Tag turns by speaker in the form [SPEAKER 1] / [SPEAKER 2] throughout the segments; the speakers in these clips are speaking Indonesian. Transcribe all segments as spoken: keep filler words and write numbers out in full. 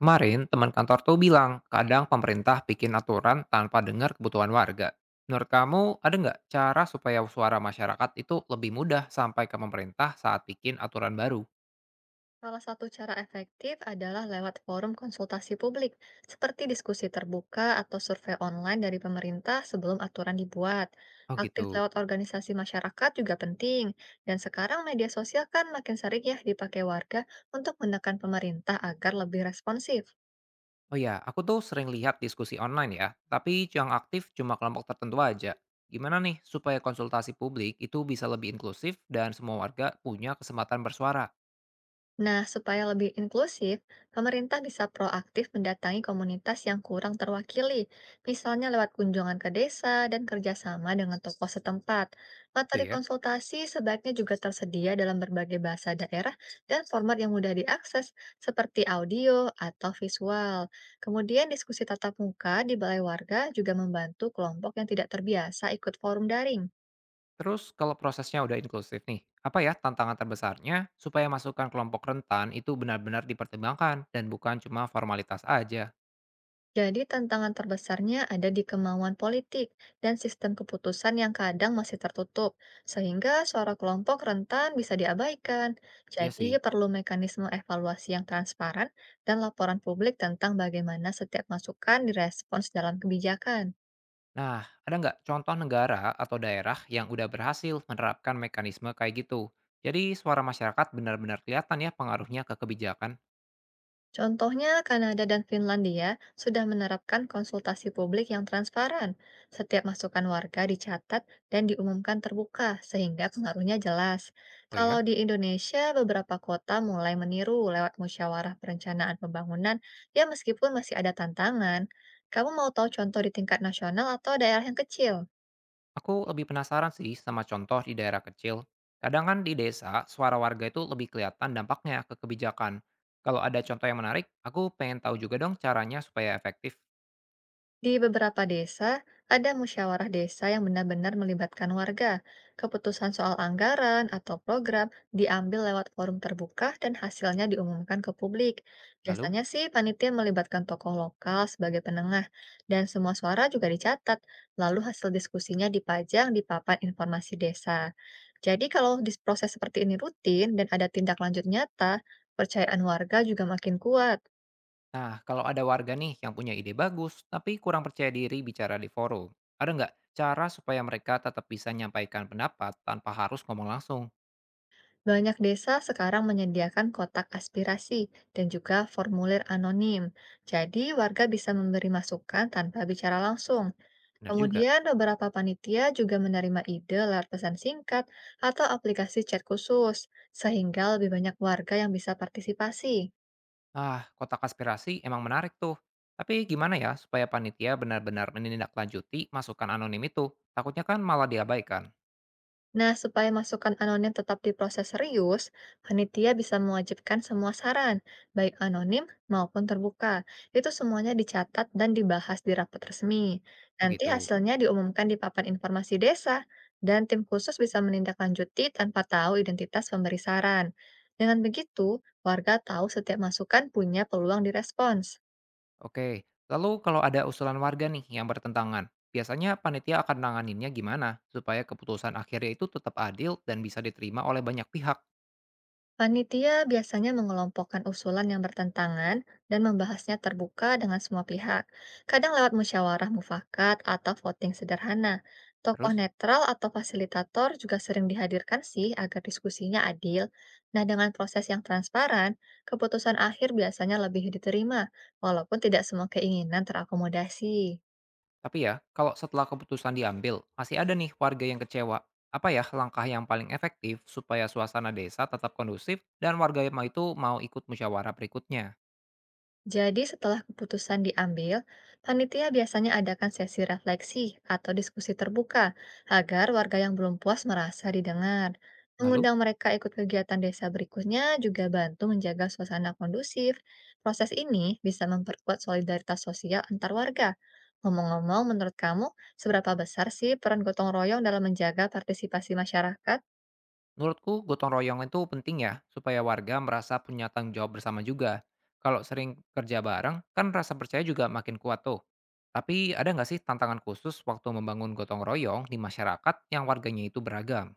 [SPEAKER 1] Kemarin, teman kantor tuh bilang, kadang pemerintah bikin aturan tanpa dengar kebutuhan warga. Menurut kamu, ada nggak cara supaya suara masyarakat itu lebih mudah sampai ke pemerintah saat bikin aturan baru?
[SPEAKER 2] Salah satu cara efektif adalah lewat forum konsultasi publik, seperti diskusi terbuka atau survei online dari pemerintah sebelum aturan dibuat.
[SPEAKER 1] Oh
[SPEAKER 2] Aktif
[SPEAKER 1] gitu.
[SPEAKER 2] lewat organisasi masyarakat juga penting, dan sekarang media sosial kan makin sering ya dipakai warga untuk menekan pemerintah agar lebih responsif.
[SPEAKER 1] Oh ya, aku tuh sering lihat diskusi online ya, tapi yang aktif cuma kelompok tertentu aja. Gimana nih supaya konsultasi publik itu bisa lebih inklusif dan semua warga punya kesempatan bersuara?
[SPEAKER 2] Nah, supaya lebih inklusif, pemerintah bisa proaktif mendatangi komunitas yang kurang terwakili, misalnya lewat kunjungan ke desa dan kerjasama dengan tokoh setempat.
[SPEAKER 1] Itu
[SPEAKER 2] Materi
[SPEAKER 1] ya.
[SPEAKER 2] konsultasi sebaiknya juga tersedia dalam berbagai bahasa daerah dan format yang mudah diakses, seperti audio atau visual. Kemudian, diskusi tatap muka di balai warga juga membantu kelompok yang tidak terbiasa ikut forum daring.
[SPEAKER 1] Terus kalau prosesnya udah inklusif nih, apa ya tantangan terbesarnya supaya masukan kelompok rentan itu benar-benar dipertimbangkan dan bukan cuma formalitas aja?
[SPEAKER 2] Jadi tantangan terbesarnya ada di kemauan politik dan sistem keputusan yang kadang masih tertutup, sehingga suara kelompok rentan bisa diabaikan.
[SPEAKER 1] Iya
[SPEAKER 2] Jadi
[SPEAKER 1] sih.
[SPEAKER 2] perlu mekanisme evaluasi yang transparan dan laporan publik tentang bagaimana setiap masukan direspons dalam kebijakan.
[SPEAKER 1] Nah, ada nggak contoh negara atau daerah yang udah berhasil menerapkan mekanisme kayak gitu? Jadi suara masyarakat benar-benar kelihatan ya pengaruhnya ke kebijakan.
[SPEAKER 2] Contohnya, Kanada dan Finlandia sudah menerapkan konsultasi publik yang transparan. Setiap masukan warga dicatat dan diumumkan terbuka, sehingga pengaruhnya jelas.
[SPEAKER 1] Oh
[SPEAKER 2] Kalau
[SPEAKER 1] ya?
[SPEAKER 2] di Indonesia, beberapa kota mulai meniru lewat musyawarah perencanaan pembangunan, ya meskipun masih ada tantangan. Kamu mau tahu contoh di tingkat nasional atau daerah yang kecil?
[SPEAKER 1] Aku lebih penasaran sih sama contoh di daerah kecil. Kadang kan di desa, suara warga itu lebih kelihatan dampaknya ke kebijakan. Kalau ada contoh yang menarik, aku pengen tahu juga dong caranya supaya efektif.
[SPEAKER 2] Di beberapa desa, ada musyawarah desa yang benar-benar melibatkan warga. Keputusan soal anggaran atau program diambil lewat forum terbuka dan hasilnya diumumkan ke publik.
[SPEAKER 1] Lalu,
[SPEAKER 2] Biasanya sih panitia melibatkan tokoh lokal sebagai penengah dan semua suara juga dicatat, lalu hasil diskusinya dipajang di papan informasi desa. Jadi kalau dis- proses seperti ini rutin dan ada tindak lanjut nyata, percayaan warga juga makin kuat.
[SPEAKER 1] nah kalau ada warga nih yang punya ide bagus, tapi kurang percaya diri bicara di forum, ada nggak cara supaya mereka tetap bisa menyampaikan pendapat tanpa harus ngomong langsung?
[SPEAKER 2] Banyak desa sekarang menyediakan kotak aspirasi dan juga formulir anonim. Jadi, warga bisa memberi masukan tanpa bicara langsung.
[SPEAKER 1] Benar juga.
[SPEAKER 2] Kemudian, beberapa panitia juga menerima ide lewat pesan singkat atau aplikasi chat khusus, sehingga lebih banyak warga yang bisa partisipasi.
[SPEAKER 1] Ah, kotak aspirasi emang menarik tuh. Tapi gimana ya supaya panitia benar-benar menindaklanjuti masukan anonim itu? Takutnya kan malah diabaikan.
[SPEAKER 2] Nah, supaya masukan anonim tetap diproses serius, panitia bisa mewajibkan semua saran, baik anonim maupun terbuka. Itu semuanya dicatat dan dibahas di rapat resmi.
[SPEAKER 1] Oh
[SPEAKER 2] Nanti
[SPEAKER 1] gitu.
[SPEAKER 2] hasilnya diumumkan di papan informasi desa, dan tim khusus bisa menindaklanjuti tanpa tahu identitas pemberi saran. Dengan begitu, warga tahu setiap masukan punya peluang direspons.
[SPEAKER 1] Oke, lalu kalau ada usulan warga nih yang bertentangan, biasanya panitia akan nanganinnya gimana supaya keputusan akhirnya itu tetap adil dan bisa diterima oleh banyak pihak?
[SPEAKER 2] Panitia biasanya mengelompokkan usulan yang bertentangan dan membahasnya terbuka dengan semua pihak, kadang lewat musyawarah mufakat atau voting sederhana. Tokoh
[SPEAKER 1] Terus,
[SPEAKER 2] netral atau fasilitator juga sering dihadirkan sih agar diskusinya adil. Nah, dengan proses yang transparan, keputusan akhir biasanya lebih diterima, walaupun tidak semua keinginan terakomodasi.
[SPEAKER 1] tapi ya, kalau setelah keputusan diambil, masih ada nih warga yang kecewa. Apa ya langkah yang paling efektif supaya suasana desa tetap kondusif dan warga itu mau ikut musyawarah berikutnya?
[SPEAKER 2] Jadi setelah keputusan diambil, panitia biasanya adakan sesi refleksi atau diskusi terbuka agar warga yang belum puas merasa didengar.
[SPEAKER 1] Lalu,
[SPEAKER 2] Mengundang mereka ikut kegiatan desa berikutnya juga bantu menjaga suasana kondusif. Proses ini bisa memperkuat solidaritas sosial antar warga. Ngomong-ngomong, menurut kamu, seberapa besar sih peran gotong royong dalam menjaga partisipasi masyarakat?
[SPEAKER 1] menurutku gotong royong itu penting ya, supaya warga merasa punya tanggung jawab bersama juga. Kalau sering kerja bareng, kan rasa percaya juga makin kuat tuh. Tapi ada nggak sih tantangan khusus waktu membangun gotong royong di masyarakat yang warganya itu beragam?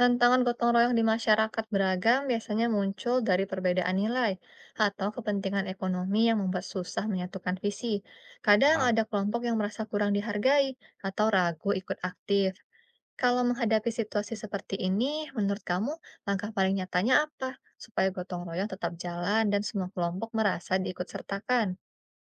[SPEAKER 2] Tantangan gotong royong di masyarakat beragam biasanya muncul dari perbedaan nilai atau kepentingan ekonomi yang membuat susah menyatukan visi. Kadang
[SPEAKER 1] Paham?
[SPEAKER 2] ada kelompok yang merasa kurang dihargai atau ragu ikut aktif. Kalau menghadapi situasi seperti ini, menurut kamu langkah paling nyatanya apa supaya gotong royong tetap jalan dan semua kelompok merasa diikut sertakan?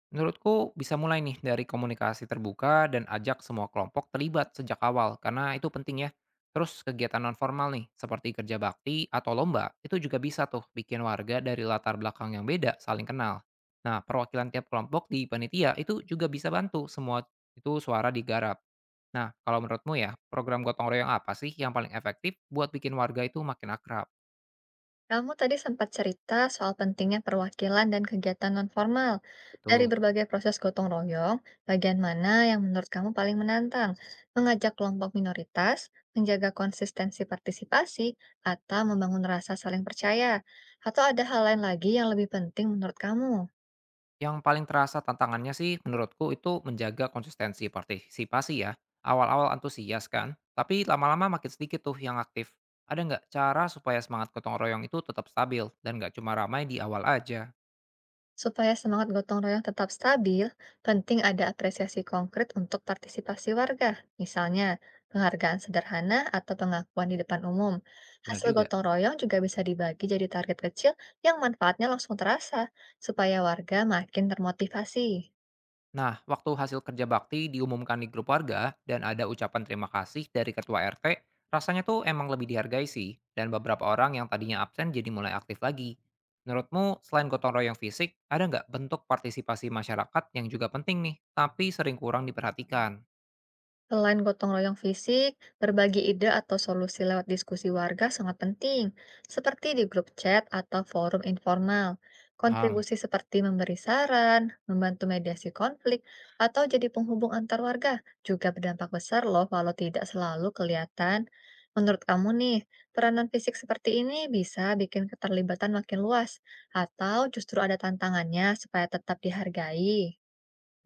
[SPEAKER 1] Menurutku bisa mulai nih dari komunikasi terbuka dan ajak semua kelompok terlibat sejak awal karena itu penting ya. Terus kegiatan nonformal nih seperti kerja bakti atau lomba itu juga bisa tuh bikin warga dari latar belakang yang beda saling kenal. Nah perwakilan tiap kelompok di panitia itu juga bisa bantu semua itu suara digarap. Nah kalau menurutmu ya program gotong royong apa sih yang paling efektif buat bikin warga itu makin akrab?
[SPEAKER 2] Kamu tadi sempat cerita soal pentingnya perwakilan dan kegiatan nonformal. Dari
[SPEAKER 1] Betul.
[SPEAKER 2] berbagai proses gotong royong, bagian mana yang menurut kamu paling menantang? Mengajak kelompok minoritas, menjaga konsistensi partisipasi, atau membangun rasa saling percaya? Atau ada hal lain lagi yang lebih penting menurut kamu?
[SPEAKER 1] Yang paling terasa tantangannya sih menurutku itu menjaga konsistensi partisipasi ya. Awal-awal antusias kan, tapi lama-lama makin sedikit tuh yang aktif. Ada nggak cara supaya semangat gotong royong itu tetap stabil dan nggak cuma ramai di awal aja?
[SPEAKER 2] Supaya semangat gotong royong tetap stabil, penting ada apresiasi konkret untuk partisipasi warga, misalnya penghargaan sederhana atau pengakuan di depan umum.
[SPEAKER 1] Bener
[SPEAKER 2] Hasil
[SPEAKER 1] juga.
[SPEAKER 2] gotong royong juga bisa dibagi jadi target kecil yang manfaatnya langsung terasa, supaya warga makin termotivasi.
[SPEAKER 1] Nah, waktu hasil kerja bakti diumumkan di grup warga dan ada ucapan terima kasih dari ketua er te, rasanya tuh emang lebih dihargai sih, dan beberapa orang yang tadinya absen jadi mulai aktif lagi. Menurutmu, selain gotong royong fisik, ada nggak bentuk partisipasi masyarakat yang juga penting nih, tapi sering kurang diperhatikan?
[SPEAKER 2] Selain gotong royong fisik, berbagi ide atau solusi lewat diskusi warga sangat penting, seperti di grup chat atau forum informal.
[SPEAKER 1] Paham?
[SPEAKER 2] Kontribusi seperti memberi saran, membantu mediasi konflik, atau jadi penghubung antar warga juga berdampak besar loh walau tidak selalu kelihatan. Menurut kamu nih, peranan fisik seperti ini bisa bikin keterlibatan makin luas, atau justru ada tantangannya supaya tetap dihargai?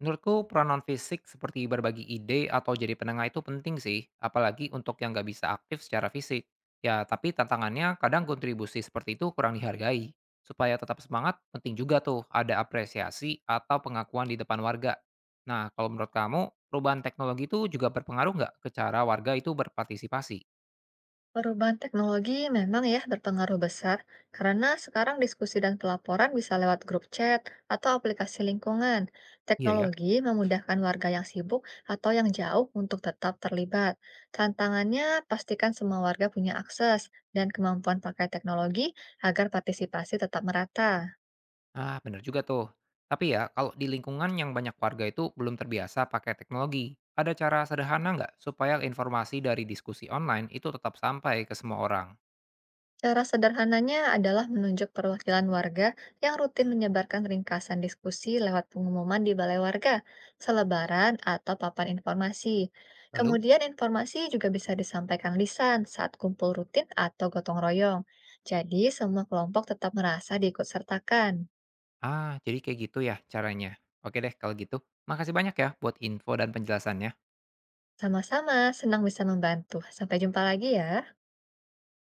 [SPEAKER 1] Menurutku peran non fisik seperti berbagi ide atau jadi penengah itu penting sih, apalagi untuk yang nggak bisa aktif secara fisik. Ya, tapi tantangannya kadang kontribusi seperti itu kurang dihargai. Supaya tetap semangat, penting juga tuh ada apresiasi atau pengakuan di depan warga. Nah, kalau menurut kamu, perubahan teknologi itu juga berpengaruh nggak ke cara warga itu berpartisipasi?
[SPEAKER 2] Perubahan teknologi memang ya berpengaruh besar, karena sekarang diskusi dan pelaporan bisa lewat grup chat atau aplikasi lingkungan.
[SPEAKER 1] Iya ya?
[SPEAKER 2] Teknologi memudahkan warga yang sibuk atau yang jauh untuk tetap terlibat. Tantangannya, pastikan semua warga punya akses dan kemampuan pakai teknologi agar partisipasi tetap merata.
[SPEAKER 1] Ah, bener juga tuh. Tapi ya, kalau di lingkungan yang banyak warga itu belum terbiasa pakai teknologi, ada cara sederhana nggak supaya informasi dari diskusi online itu tetap sampai ke semua orang?
[SPEAKER 2] Cara sederhananya adalah menunjuk perwakilan warga yang rutin menyebarkan ringkasan diskusi lewat pengumuman di balai warga, selebaran, atau papan informasi.
[SPEAKER 1] Lalu,
[SPEAKER 2] Kemudian informasi juga bisa disampaikan lisan saat kumpul rutin atau gotong royong. Jadi semua kelompok tetap merasa diikut sertakan.
[SPEAKER 1] ah, jadi kayak gitu ya caranya. Oke deh, kalau gitu. Makasih banyak ya buat info dan penjelasannya.
[SPEAKER 2] Sama-sama, senang bisa membantu. Sampai jumpa lagi ya.